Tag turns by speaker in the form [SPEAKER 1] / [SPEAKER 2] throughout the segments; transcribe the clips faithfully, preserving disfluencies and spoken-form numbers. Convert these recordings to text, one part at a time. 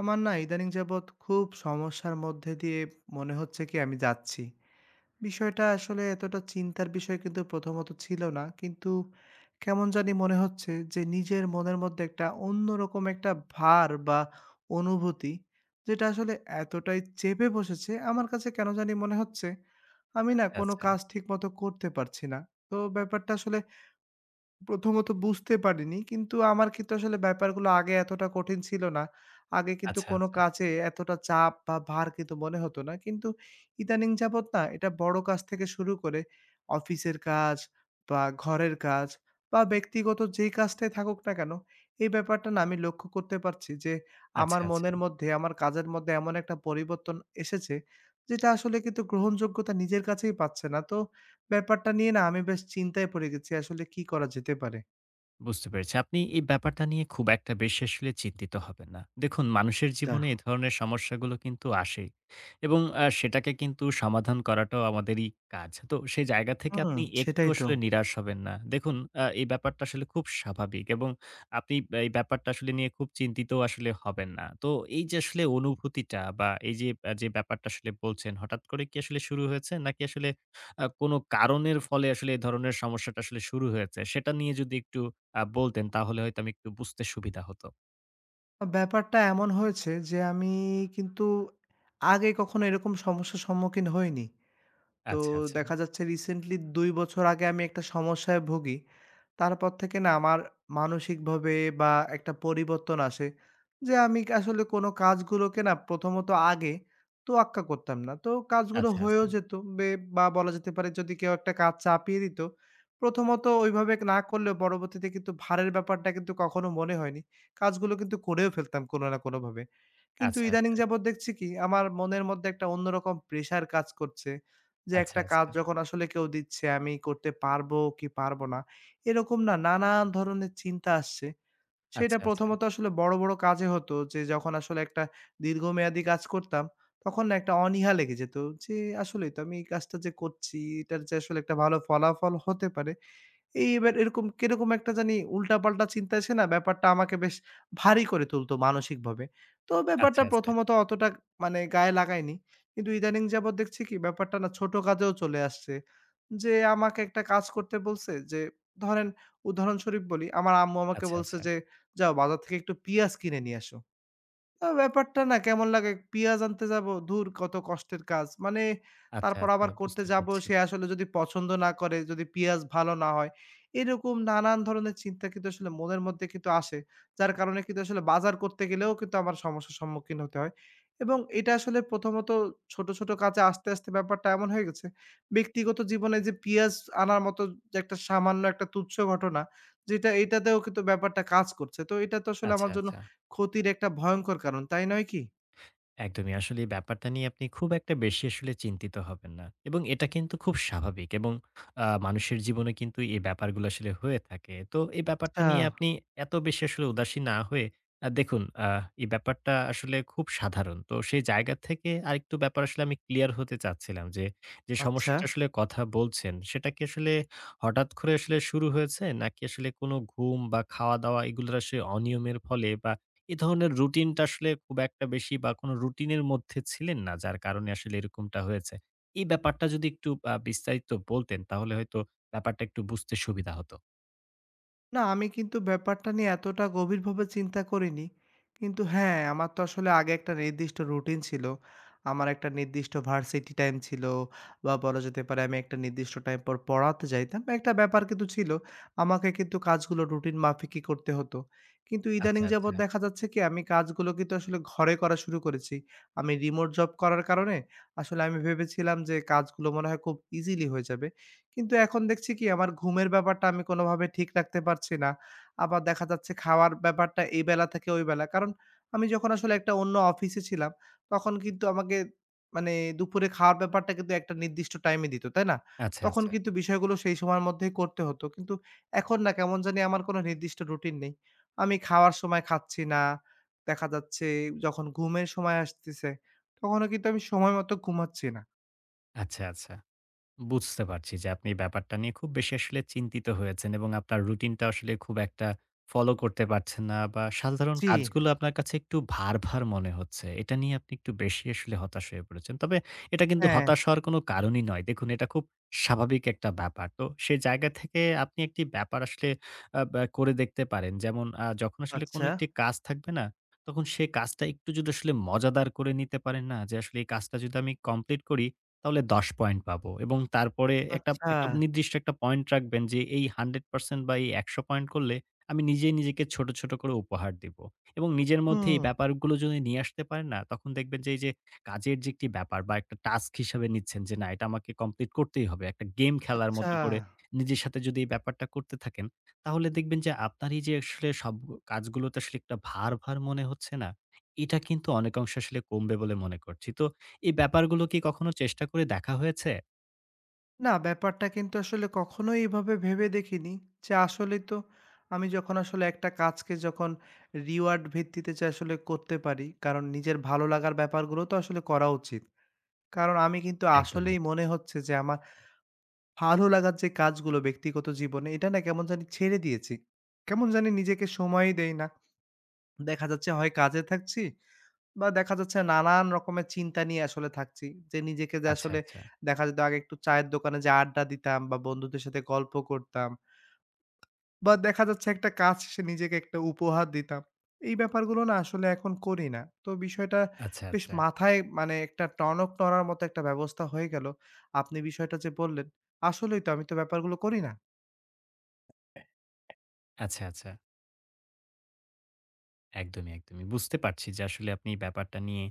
[SPEAKER 1] আমার না ইদানিং যাবৎ খুব সমস্যার মধ্যে দিয়ে মনে হচ্ছে কি আমি যাচ্ছি। বিষয়টা আসলে এতটা চিন্তার বিষয় কিন্তু প্রথমত ছিল না। কিন্তু কেমন জানি মনে হচ্ছে যে নিজের মনের মধ্যে একটা অন্যরকম একটা ভার বা অনুভূতি যেটা আসলে এতটাই চেপে বসেছে আমার কাছে কেন জানি মনে হচ্ছে আমি না
[SPEAKER 2] আচ্ছা,
[SPEAKER 1] কোনো
[SPEAKER 2] আচ্ছা।
[SPEAKER 1] কাজ ঠিকমতো করতে পারছি না। তো ব্যাপারটা আসলে প্রথমত বুঝতে পারিনি। কিন্তু আমার কিন্তু আসলে ব্যাপারগুলো আগে এতটা কঠিন ছিল না। আগে কিন্তু
[SPEAKER 2] আচ্ছা,
[SPEAKER 1] কোনো
[SPEAKER 2] আচ্ছা।
[SPEAKER 1] কাজে এতটা চাপ বা ভার কিন্তু মনে হতো না। কিন্তু ইদানিং যাবত না এটা বড় কাজ থেকে শুরু করে অফিসের কাজ বা ঘরের কাজ বা ব্যক্তিগত যেই কাজটাই থাকুক না কেন, এই ব্যাপারটা না আমি লক্ষ্য করতে পারছি যে
[SPEAKER 2] আচ্ছা,
[SPEAKER 1] আমার
[SPEAKER 2] আচ্ছা।
[SPEAKER 1] মনের মধ্যে, আমার কাজের মধ্যে এমন একটা পরিবর্তন এসেছে যেটা আসলে কিন্তু গ্রহণযোগ্যতা নিজের কাছেই পাচ্ছে না। তো ব্যাপারটা নিয়ে না আমি বেশ চিন্তায় পড়ে গেছি আসলে কি করা যেতে পারে?
[SPEAKER 2] বুঝতে পেরেছি। আপনি এই ব্যাপারটা নিয়ে খুব একটা বেশি আসলে চিন্তিত হবেন না। দেখুন মানুষের
[SPEAKER 1] আচ্ছা।
[SPEAKER 2] জীবনে এ ধরনের সমস্যাগুলো কিন্তু আসেই এবং আ সেটাকে কিন্তু সমাধান করাটাও আমাদেরই কাজ। তো সেই জায়গা থেকে
[SPEAKER 1] হুম,
[SPEAKER 2] আপনি একটু
[SPEAKER 1] সেটাই তো।
[SPEAKER 2] আসলে নিরাশ হবেন না। দেখুন আ এই ব্যাপারটা আসলে খুব স্বাভাবিক এবং আপনি এই ব্যাপারটা আসলে নিয়ে খুব চিন্তিত আসলে হবেন না। তো এই যে আসলে অনুভূতিটা বা এই যে, আ যে ব্যাপারটা আসলে বলছেন হঠাৎ করে কি আসলে শুরু হয়েছে? নাকি আসলে আ কোনো কারণের ফলে আসলে এ ধরনের সমস্যাটা আসলে শুরু হয়েছে? সেটা নিয়ে যদি একটু আ বলতেন তাহলে হয়তো আমি একটু বুঝতে সুবিধা হতো।
[SPEAKER 1] ব্যাপারটা এমন হয়েছে যে আমি কিন্তু আগে কখনো এরকম সমস্যার সম্মুখীন হইনি। তো
[SPEAKER 2] আচ্ছা, আচ্ছা।
[SPEAKER 1] দেখা যাচ্ছে রিসেন্টলি দুই বছর আগে আমি একটা সমস্যায় ভুগি। তারপর থেকে না আমার মানসিকভাবে বা একটা পরিবর্তন আসে যে আমি আসলে কোনো কাজগুলোকে না প্রথমত আগে তোয়াক্কা করতাম না। তো কাজগুলো
[SPEAKER 2] আচ্ছা,
[SPEAKER 1] হয়েও
[SPEAKER 2] আচ্ছা।
[SPEAKER 1] যেত বে বা বলা যেতে পারে যদি কেউ একটা কাজ চাপিয়ে দিত, প্রথমত ওইভাবে না করলেও পরবর্তীতে কিন্তু ভারের ব্যাপারটা কিন্তু কখনো মনে হয়নি। কাজগুলো কিন্তু করেও ফেলতাম কোনো না কোনোভাবে। কিন্তু
[SPEAKER 2] আচ্ছা,
[SPEAKER 1] ইদানিং
[SPEAKER 2] আচ্ছা।
[SPEAKER 1] যাবৎ দেখছি কি আমার মনের মধ্যে একটা অন্যরকম প্রেশার কাজ করছে যে
[SPEAKER 2] আচ্ছা,
[SPEAKER 1] একটা কাজ
[SPEAKER 2] আচ্ছা।
[SPEAKER 1] যখন আসলে কেউ দিচ্ছে আমি করতে পারবো কি পারবো না এরকম না নানান ধরনের চিন্তা আসছে সেটা
[SPEAKER 2] আচ্ছা, আচ্ছা।
[SPEAKER 1] প্রথমত আসলে বড়, বড় কাজে হতো যে যখন আসলে একটা দীর্ঘমেয়াদী কাজ করতাম, তখন না একটা অনীহা লেগে যেত যে আসলেই তো আমি এই কাজটা যে করছি, এটার যে আসলে একটা ভালো ফলাফল হতে পারে। এই এবার এরকম কিরকম একটা জানি উল্টাপাল্টা চিন্তা এসে না ব্যাপারটা আমাকে বেশ ভারী করে তুলতো মানসিকভাবে। তো ব্যাপারটা
[SPEAKER 2] আচ্ছা, আচ্ছা।
[SPEAKER 1] প্রথমত অতটা মানে গায়ে লাগায়নি। কিন্তু ইদানিং যাবৎ দেখছি কি ব্যাপারটা না ছোট কাজেও চলে আসছে। যে আমাকে একটা কাজ করতে বলছে যে ধরেন উদাহরণস্বরূপ বলি, আমার আম্মু আমাকে
[SPEAKER 2] আচ্ছা,
[SPEAKER 1] বলছে
[SPEAKER 2] আচ্ছা।
[SPEAKER 1] যে যাও বাজার থেকে একটু পিঁয়াজ কিনে নিয়ে আসো। আ ব্যাপারটা না কেমন লাগে, পিয়াজ আনতে যাবো, ধুর কত কষ্টের কাজ। মানে
[SPEAKER 2] আচ্ছা,
[SPEAKER 1] তারপর
[SPEAKER 2] আচ্ছা।
[SPEAKER 1] আবার করতে
[SPEAKER 2] বুঝতে
[SPEAKER 1] যাবো,
[SPEAKER 2] পারছি।
[SPEAKER 1] সে আসলে যদি পছন্দ না করে, যদি পিয়াজ ভালো না হয়, এরকম নানান ধরনের চিন্তা কিন্তু আসলে মনের মধ্যে কিন্তু আসে। যার কারণে কিন্তু আসলে বাজার করতে গেলেও কিন্তু আমার সমস্যার সম্মুখীন হতে হয়। এবং এটা আসলে প্রথমত ছোট, ছোট কাজে আস্তে, আস্তে ব্যাপারটা এমন হয়ে গেছে। ব্যক্তিগত জীবনে যে পিয়াজ আনার মতো যে একটা সামান্য একটা তুচ্ছ ঘটনা, যেটা এটাতেও কিন্তু ব্যাপারটা কাজ করছে। তো এটা তো আসলে
[SPEAKER 2] আচ্ছা,
[SPEAKER 1] আমার জন্য
[SPEAKER 2] আচ্ছা।
[SPEAKER 1] ক্ষতির একটা ভয়ংকর কারণ, তাই নয় কি?
[SPEAKER 2] একদমই। আসলে এই ব্যাপারটা নিয়ে আপনি খুব একটা বেশি আসলে চিন্তিত হবেন না। এবং এটা কিন্তু খুব স্বাভাবিক এবং আ মানুষের জীবনে কিন্তু এই ব্যাপারগুলো আসলে হয়ে থাকে। তো এই ব্যাপারটা
[SPEAKER 1] আচ্ছা,
[SPEAKER 2] নিয়ে আপনি এত বেশি আসলে উদাসীন না হয়ে আ দেখুন আ এই ব্যাপারটা আসলে খুব সাধারণ। তো সেই জায়গা থেকে আরেকটু ব্যাপার আসলে আমি ক্লিয়ার হতে চাচ্ছিলাম যে, যে
[SPEAKER 1] আচ্ছা।
[SPEAKER 2] সমস্যাটা আসলে কথা বলছেন, সেটা কি আসলে হঠাৎ করে আসলে শুরু হয়েছে? নাকি আসলে কোনো ঘুম বা খাওয়া-দাওয়া এগুলোর আসলে অনিয়মের ফলে বা এ ধরনের রুটিনটা আসলে খুব একটা বেশি বা কোনো রুটিনের মধ্যে ছিলেন না, যার কারণে আসলে এরকমটা হয়েছে। এই ব্যাপারটা যদি একটু আ বিস্তারিত বলতেন তাহলে হয়তো ব্যাপারটা একটু বুঝতে সুবিধা হতো।
[SPEAKER 1] না, আমি কিন্তু ব্যাপারটা নিয়ে এতটা গভীরভাবে চিন্তা করিনি। কিন্তু হ্যাঁ, আমার তো আসলে আগে একটা নির্দিষ্ট রুটিন ছিল। আমার একটা নির্দিষ্ট ভার্সিটি টাইম ছিল বা বলা যেতে পারে আমি একটা নির্দিষ্ট টাইম পর পড়াতে যাইতাম। একটা ব্যাপার কিন্তু ছিল। আমাকে কিন্তু কাজগুলো রুটিন মাফিকই করতে হতো। কিন্তু
[SPEAKER 2] আচ্ছা,
[SPEAKER 1] ইদানিং
[SPEAKER 2] আচ্ছা।
[SPEAKER 1] যাবৎ দেখা যাচ্ছে কি আমি কাজগুলো কিন্তু আসলে ঘরে করা শুরু করেছি। আমি রিমোট জব করার কারণে আসলে আমি ভেবেছিলাম যে কাজগুলো মনে হয় খুব ইজিলি হয়ে যাবে। কিন্তু এখন দেখছি কি আমার ঘুমের ব্যাপারটা আমি কোনোভাবে ঠিক রাখতে পারছি না। আবার দেখা যাচ্ছে খাওয়ার ব্যাপারটা এই বেলা থেকে ওই বেলা। কারণ আমি যখন আসলে একটা অন্য অফিসে ছিলাম, তখন কিন্তু আমাকে মানে দুপুরে খাওয়ার ব্যাপারটা কিন্তু একটা নির্দিষ্ট টাইমে দিত, তাই না?
[SPEAKER 2] আচ্ছা,
[SPEAKER 1] তখন
[SPEAKER 2] আচ্ছা।
[SPEAKER 1] কিন্তু বিষয়গুলো সেই সময়ের মধ্যেই করতে হতো। কিন্তু এখন না কেমন জানি আমার কোনো নির্দিষ্ট রুটিন নেই। আমি খাওয়ার সময় খাচ্ছি না। দেখা যাচ্ছে যখন ঘুমের সময় আসতেছে, তখনও কিন্তু আমি সময় মতো ঘুমাচ্ছি না।
[SPEAKER 2] আচ্ছা, আচ্ছা। বুঝতে পারছি যে আপনি ব্যাপারটা নিয়ে খুব বেশি আসলে চিন্তিত হয়েছেন এবং আপনার রুটিনটা আসলে খুব একটা ফলো করতে পারছেন না বা সাধারণ
[SPEAKER 1] জি।
[SPEAKER 2] কাজগুলো আপনার কাছে একটু ভার, ভার মনে হচ্ছে। এটা নিয়ে আপনি একটু বেশি আসলে হতাশ হয়ে পড়েছেন। তবে এটা কিন্তু
[SPEAKER 1] হ্যাঁ।
[SPEAKER 2] হতাশ হওয়ার কোনো কারণই নয়। দেখুন এটা খুব স্বাভাবিক একটা ব্যাপার। তো সেই জায়গা থেকে আপনি একটি ব্যাপার আসলে আ ব্যা করে দেখতে পারেন। যেমন আ যখন আসলে কোনো
[SPEAKER 1] আচ্ছা।
[SPEAKER 2] একটি কাজ থাকবে না, তখন সে কাজটা একটু যদি আসলে মজাদার করে নিতে পারেন না যে আসলে এই কাজটা যদি আমি কমপ্লিট করি তাহলে দশ পয়েন্ট পাবো এবং তারপরে একটা
[SPEAKER 1] আচ্ছা।
[SPEAKER 2] একটা নির্দিষ্ট একটা পয়েন্ট রাখবেন যে এই একশো পার্সেন্ট বা এই একশো পয়েন্ট করলে আমি নিজেই নিজেকে ছোট, ছোট করে উপহার দিবো এবং নিজের মধ্যে
[SPEAKER 1] হুম,
[SPEAKER 2] এই ব্যাপারগুলো যদি নিয়ে আসতে পারেন না, তখন দেখবেন যে এই যে কাজের যে একটি ব্যাপার বা একটা টাস্ক হিসাবে নিচ্ছেন যে না এটা আমাকে কমপ্লিট করতেই হবে। একটা গেম খেলার
[SPEAKER 1] আচ্ছা।
[SPEAKER 2] মতো করে নিজের সাথে যদি এই ব্যাপারটা করতে থাকেন, তাহলে দেখবেন যে আপনার এই যে আসলে সব কাজগুলোতে আসলে একটা ভার, ভার মনে হচ্ছে না, এটা কিন্তু অনেকাংশে আসলে কমবে বলে মনে করছি। তো এই ব্যাপারগুলো কি কখনো চেষ্টা করে দেখা হয়েছে?
[SPEAKER 1] না ব্যাপারটা কিন্তু আসলে কখনোই এভাবে ভেবে দেখিনি যে আসলেই তো আমি যখন আসলে একটা কাজকে যখন রিওয়ার্ড ভিত্তিতে যে আসলে করতে পারি, কারণ নিজের ভালো লাগার ব্যাপারগুলো তো আসলে করা উচিত। কারণ আমি কিন্তু
[SPEAKER 2] একদম,
[SPEAKER 1] আসলেই
[SPEAKER 2] একদম।
[SPEAKER 1] মনে হচ্ছে যে আমার ভালো লাগার যে কাজগুলো ব্যক্তিগত জীবনে এটা না কেমন জানি ছেড়ে দিয়েছি। কেমন জানি নিজেকে সময়ই দেই না। দেখা যাচ্ছে হয় কাজে থাকছি বা দেখা যাচ্ছে নানান রকমের চিন্তা নিয়ে আসলে থাকছি। যে নিজেকে যে
[SPEAKER 2] আচ্ছা,
[SPEAKER 1] আসলে
[SPEAKER 2] আচ্ছা।
[SPEAKER 1] দেখা যেত আগে একটু চায়ের দোকানে যেয়ে আড্ডা দিতাম বা বন্ধুদের সাথে গল্প করতাম বা দেখা যাচ্ছে একটা কাজ শেষে নিজেকে একটা উপহার দিতাম। এই ব্যাপারগুলো না আসলে এখন করি না। তো বিষয়টা
[SPEAKER 2] আচ্ছা,
[SPEAKER 1] বেশ
[SPEAKER 2] আচ্ছা।
[SPEAKER 1] মাথায় মানে একটা টনক নড়ার মতো একটা ব্যবস্থা হয়ে গেল। আপনি বিষয়টা যে বললেন, আসলেই তো আমি তো ব্যাপারগুলো করি না।
[SPEAKER 2] আচ্ছা, আচ্ছা। একদমই, একদমই। বুঝতে পারছি যে আসলে আপনি এই ব্যাপারটা নিয়ে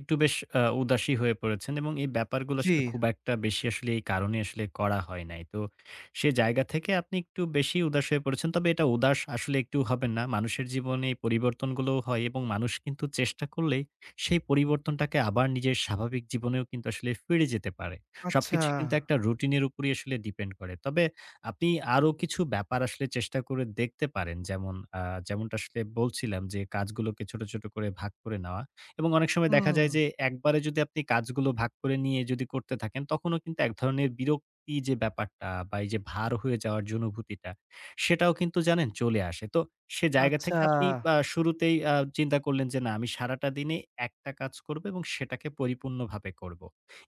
[SPEAKER 2] একটু বেশ আ উদাসী হয়ে পড়েছেন এবং এই ব্যাপারগুলো
[SPEAKER 1] জি,
[SPEAKER 2] আসলে খুব একটা বেশি আসলে এই কারণে আসলে করা হয় নাই। তো সে জায়গা থেকে আপনি একটু বেশি উদাস হয়ে পড়েছেন। তবে এটা উদাস আসলে একটু হবেন না। মানুষের জীবনে এই পরিবর্তনগুলোও হয় এবং মানুষ কিন্তু চেষ্টা করলেই সেই পরিবর্তনটাকে আবার নিজের স্বাভাবিক জীবনেও কিন্তু আসলে ফিরে যেতে পারে।
[SPEAKER 1] আচ্ছা।
[SPEAKER 2] সবকিছু কিন্তু একটা রুটিনের উপরেই আসলে ডিপেন্ড করে। তবে আপনি আরো কিছু ব্যাপার আসলে চেষ্টা করে দেখতে পারেন। যেমন আ যেমনটা আসলে বলছিলাম যে কাজগুলোকে ছোট, ছোট করে ভাগ করে নেওয়া এবং অনেক সময় দেখা
[SPEAKER 1] হুম,
[SPEAKER 2] যায় যে একবারে যদি আপনি কাজগুলো ভাগ করে নিয়ে যদি করতে থাকেন তখনও কিন্তু এক ধরনের বিরক্তি যে ব্যাপারটা বা এই যে ভার হয়ে যাওয়ার যে অনুভূতিটা সেটাও কিন্তু জানেন চলে আসে। তো সে জায়গা
[SPEAKER 1] আচ্ছা,
[SPEAKER 2] থেকে আচ্ছা। আপনি আ শুরুতেই আ চিন্তা করলেন যে না আমি সারাটা দিনে একটা কাজ করব এবং সেটাকে পরিপূর্ণভাবে করব।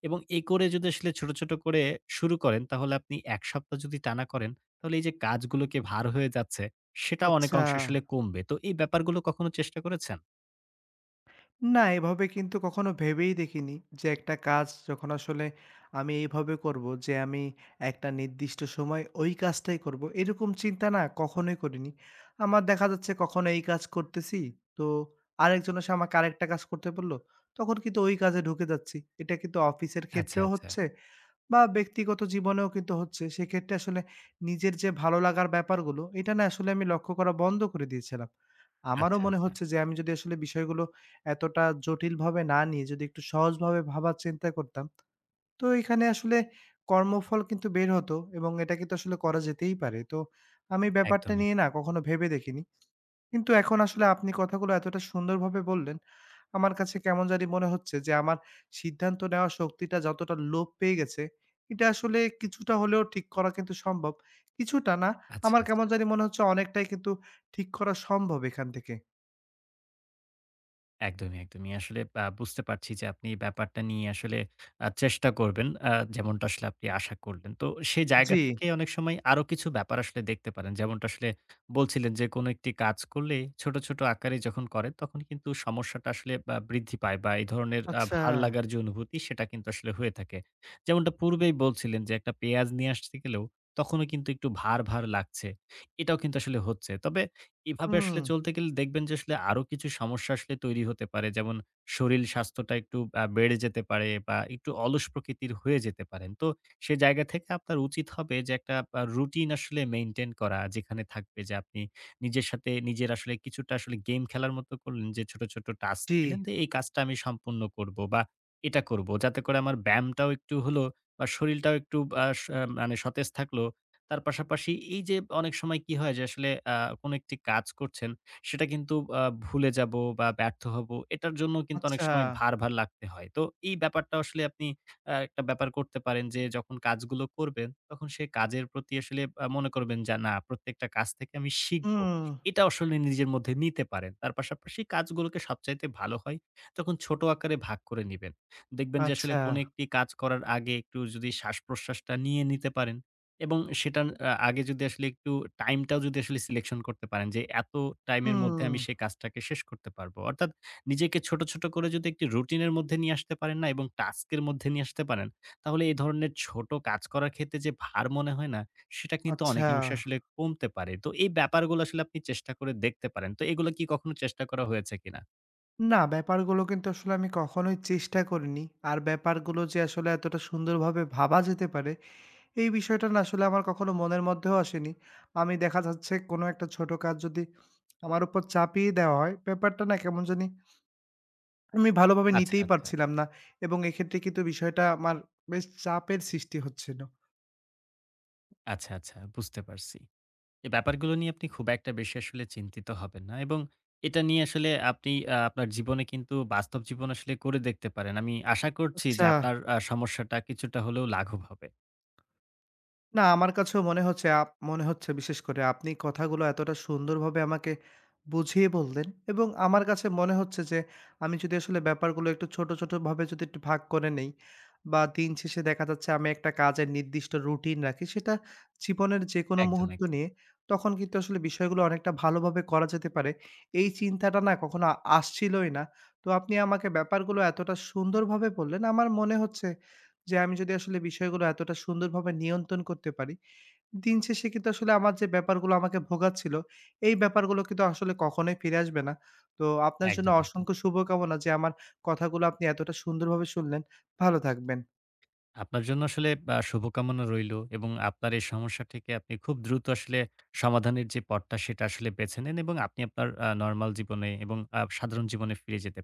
[SPEAKER 2] এবং এই করে যদি আসলে ছোট, ছোট করে শুরু করেন তাহলে আপনি এক সপ্তাহ যদি টানা করেন, তাহলে এই যে কাজগুলোকে ভার হয়ে যাচ্ছে, সেটাও অনেক
[SPEAKER 1] আচ্ছা।
[SPEAKER 2] অংশে আসলে কমবে। তো এই ব্যাপারগুলো কখনো চেষ্টা করেছেন?
[SPEAKER 1] না, এভাবে কিন্তু কখনো ভেবেই দেখিনি যে একটা কাজ যখন আসলে আমি এইভাবে করব যে আমি একটা নির্দিষ্ট সময় ওই কাজটাই করব এরকম চিন্তা না কখনোই করিনি। আমার দেখা যাচ্ছে কখনো এই কাজ করতেছি তো আরেকজন এসে আমাকে আরেকটা কাজ করতে বলল, তখন কিন্তু ওই কাজে ঢুকে যাচ্ছি। এটা কিন্তু অফিসের
[SPEAKER 2] আচ্ছা,
[SPEAKER 1] ক্ষেত্রেও
[SPEAKER 2] আচ্ছা।
[SPEAKER 1] হচ্ছে বা ব্যক্তিগত জীবনেও কিন্তু হচ্ছে। সেক্ষেত্রে আসলে নিজের যে ভালো লাগার ব্যাপারগুলো, এটা না আসলে আমি লক্ষ্য করা বন্ধ করে দিয়েছিলাম। আমারও
[SPEAKER 2] আচ্ছা,
[SPEAKER 1] মনে
[SPEAKER 2] আচ্ছা।
[SPEAKER 1] হচ্ছে যে আমি যদি আসলে বিষয়গুলো এতটা জটিলভাবে না নিয়ে যদি একটু সহজভাবে ভাবার চিন্তা করতাম, তো এখানে আসলে কর্মফল কিন্তু বের হতো এবং এটা কিন্তু আসলে করা যেতেই পারে। তো আমি ব্যাপারটা
[SPEAKER 2] একদম, এক
[SPEAKER 1] নিয়ে না কখনো ভেবে দেখিনি। কিন্তু এখন আসলে আপনি কথাগুলো এতটা সুন্দরভাবে বললেন, আমার কাছে কেমন জানি মনে হচ্ছে যে আমার সিদ্ধান্ত নেওয়ার শক্তিটা যতটা লোপ পেয়ে গেছে, এটা আসলে কিছুটা হলেও ঠিক করা কিন্তু সম্ভব। কিছুটা না,
[SPEAKER 2] আচ্ছা,
[SPEAKER 1] আমার কেমন
[SPEAKER 2] আচ্ছা।
[SPEAKER 1] জানি মনে হচ্ছে অনেকটাই কিন্তু ঠিক করা সম্ভব এখান থেকে।
[SPEAKER 2] একদমই, একদমই। আসলে আ বুঝতে পারছি যে আপনি এই ব্যাপারটা নিয়ে আসলে আ চেষ্টা করবেন। আ যেমনটা আসলে আপনি আশা করলেন। তো সেই
[SPEAKER 1] জি,
[SPEAKER 2] জায়গা থেকে অনেক সময় আরো কিছু ব্যাপার আসলে দেখতে পারেন। যেমনটা আসলে বলছিলেন যে কোনো একটি কাজ করলে ছোট, ছোট আকারে যখন করেন তখন কিন্তু সমস্যাটা আসলে আ বৃদ্ধি পায় বা এই ধরনের আ
[SPEAKER 1] আচ্ছা।
[SPEAKER 2] ভাল লাগার যে অনুভূতি সেটা কিন্তু আসলে হয়ে থাকে। যেমনটা পূর্বেই বলছিলেন যে একটা পেঁয়াজ নিয়ে আসতে গেলেও তখনও কিন্তু একটু ভার, ভার লাগছে। এটাও কিন্তু আসলে হচ্ছে। তবে এভাবে
[SPEAKER 1] হুম,
[SPEAKER 2] আসলে চলতে গেলে দেখবেন যে আসলে আরো কিছু সমস্যা আসলে তৈরি হতে পারে। যেমন শরীর স্বাস্থ্যটা একটু আ বেড়ে যেতে পারে বা একটু অলস প্রকৃতির হয়ে যেতে পারেন। তো সে জায়গা থেকে আপনার উচিত হবে যে একটা আ রুটিন আসলে মেইনটেইন করা। যেখানে থাকবে যে আপনি নিজের সাথে নিজের আসলে কিছুটা আসলে গেম খেলার মতো করলেন যে ছোট, ছোট টাস্ক
[SPEAKER 1] জি,
[SPEAKER 2] দিলেন যে এই কাজটা আমি সম্পূর্ণ করব বা এটা করব। যাতে করে আমার ব্যায়ামটাও একটু হলো বা শরীরটাও একটু আ স আহ, মানে সতেজ থাকলো। তার পাশাপাশি এই যে অনেক সময় কি হয় যে আসলে আ কোন একটি কাজ করছেন সেটা কিন্তু আ ভুলে যাব বা ব্যর্থ হব। এটার জন্য কিন্তু অনেক
[SPEAKER 1] আচ্ছা।
[SPEAKER 2] সময় ভার, ভার লাগতে হয়। তো এই ব্যাপারটা আসলে আপনি আ একটা ব্যাপার করতে পারেন যে যখন কাজগুলো করবেন তখন সে কাজের প্রতি আসলে আ মনে করবেন যে না প্রত্যেকটা কাজ থেকে আমি শিখব।
[SPEAKER 1] হুম,
[SPEAKER 2] এটা আসলে নিজের মধ্যে নিতে পারেন। তার পাশাপাশি কাজগুলোকে সবচাইতে ভালো হয় তখন ছোট আকারে ভাগ করে নিবেন। দেখবেন যে আসলে
[SPEAKER 1] আচ্ছা।
[SPEAKER 2] কোন একটি কাজ করার আগে একটু যদি শ্বাস-প্রশ্বাসটা নিয়ে নিতে পারেন এবং সেটার আ আগে যদি আসলে একটু টাইমটাও যদি আসলে সিলেকশন করতে পারেন যে, এত টাইমের মধ্যে
[SPEAKER 1] হুম,
[SPEAKER 2] আমি সেই কাজটাকে শেষ করতে পারবো। অর্থাৎ নিজেকে ছোট, ছোট করে যদি একটি রুটিনের মধ্যে নিয়ে আসতে পারেন না এবং টাস্কের মধ্যে নিয়ে আসতে পারেন, তাহলে এই ধরনের ছোট কাজ করার ক্ষেত্রে যে ভার মনে হয় না, সেটা কিন্তু
[SPEAKER 1] আচ্ছা।
[SPEAKER 2] অনেকাংশে আসলে কমতে পারে। তো এই ব্যাপারগুলো আসলে আপনি চেষ্টা করে দেখতে পারেন। তো এগুলো কি কখনো চেষ্টা করা হয়েছে কিনা?
[SPEAKER 1] না, ব্যাপারগুলো কিন্তু আসলে আমি কখনোই চেষ্টা করিনি। আর ব্যাপারগুলো যে আসলে এতটা সুন্দরভাবে ভাবা যেতে পারে এই বিষয়টা না আসলে আমার কখনো মনের মধ্যেও আসেনি। আমি দেখা যাচ্ছে কোনো একটা ছোট কাজ যদি আমার উপর চাপিয়ে দেওয়া হয়, ব্যাপারটা না কেমন জানি আমি ভালোভাবে
[SPEAKER 2] আচ্ছা,
[SPEAKER 1] নিতেই
[SPEAKER 2] আচ্ছা,
[SPEAKER 1] পারছিলাম না এবং এক্ষেত্রে কিন্তু বিষয়টা আমার বেশ চাপের সৃষ্টি হচ্ছিল।
[SPEAKER 2] আচ্ছা, আচ্ছা, বুঝতে পারছি। এ ব্যাপারগুলো নিয়ে আপনি খুব একটা বেশি আসলে চিন্তিত হবেন না এবং এটা নিয়ে আসলে আপনি আ আপনার জীবনে কিন্তু বাস্তব জীবন আসলে করে দেখতে পারেন। আমি আশা করছি যে
[SPEAKER 1] আচ্ছা।
[SPEAKER 2] আপনার আ সমস্যাটা কিছুটা হলেও লাঘব হবে।
[SPEAKER 1] না, আমার কাছেও মনে হচ্ছে আপ মনে হচ্ছে বিশেষ করে আপনি কথাগুলো এতটা সুন্দরভাবে আমাকে বুঝিয়ে বললেন এবং আমার কাছে মনে হচ্ছে যে আমি যদি আসলে ব্যাপারগুলো একটু ছোট, ছোটভাবে যদি একটু ভাগ করে নেই বা দিন শেষে দেখা যাচ্ছে আমি একটা কাজের নির্দিষ্ট রুটিন রাখি সেটা জীবনের যেকোনো
[SPEAKER 2] একদম,
[SPEAKER 1] মুহূর্ত
[SPEAKER 2] একদম,
[SPEAKER 1] নিয়ে তখন কিন্তু আসলে বিষয়গুলো অনেকটা ভালোভাবে করা যেতে পারে। এই চিন্তাটা না কখনো আ- আসছিলই না। তো আপনি আমাকে ব্যাপারগুলো এতটা সুন্দরভাবে বললেন আমার মনে হচ্ছে যে আমি যদি আসলে বিষয়গুলো এতটা সুন্দরভাবে নিয়ন্ত্রণ করতে পারি, দিন শেষে কিন্তু আসলে আমার যে ব্যাপারগুলো আমাকে ভোগাচ্ছিল, এই ব্যাপারগুলো কিন্তু আসলে কখনোই ফিরে আসবে না। তো আপনার জন্য
[SPEAKER 2] একদম, একদম।
[SPEAKER 1] অসংখ্য শুভকামনা যে আমার কথাগুলো আপনি এতটা সুন্দরভাবে শুনলেন। ভালো থাকবেন।
[SPEAKER 2] আপনার জন্য আসলে আ শুভকামনা রইলো এবং আপনার এই সমস্যা থেকে আপনি খুব দ্রুত আসলে সমাধানের যে পথটা সেটা আসলে বেছে নেন এবং আপনি আপনার আ নরমাল জীবনে এবং আ সাধারণ জীবনে ফিরে যেতে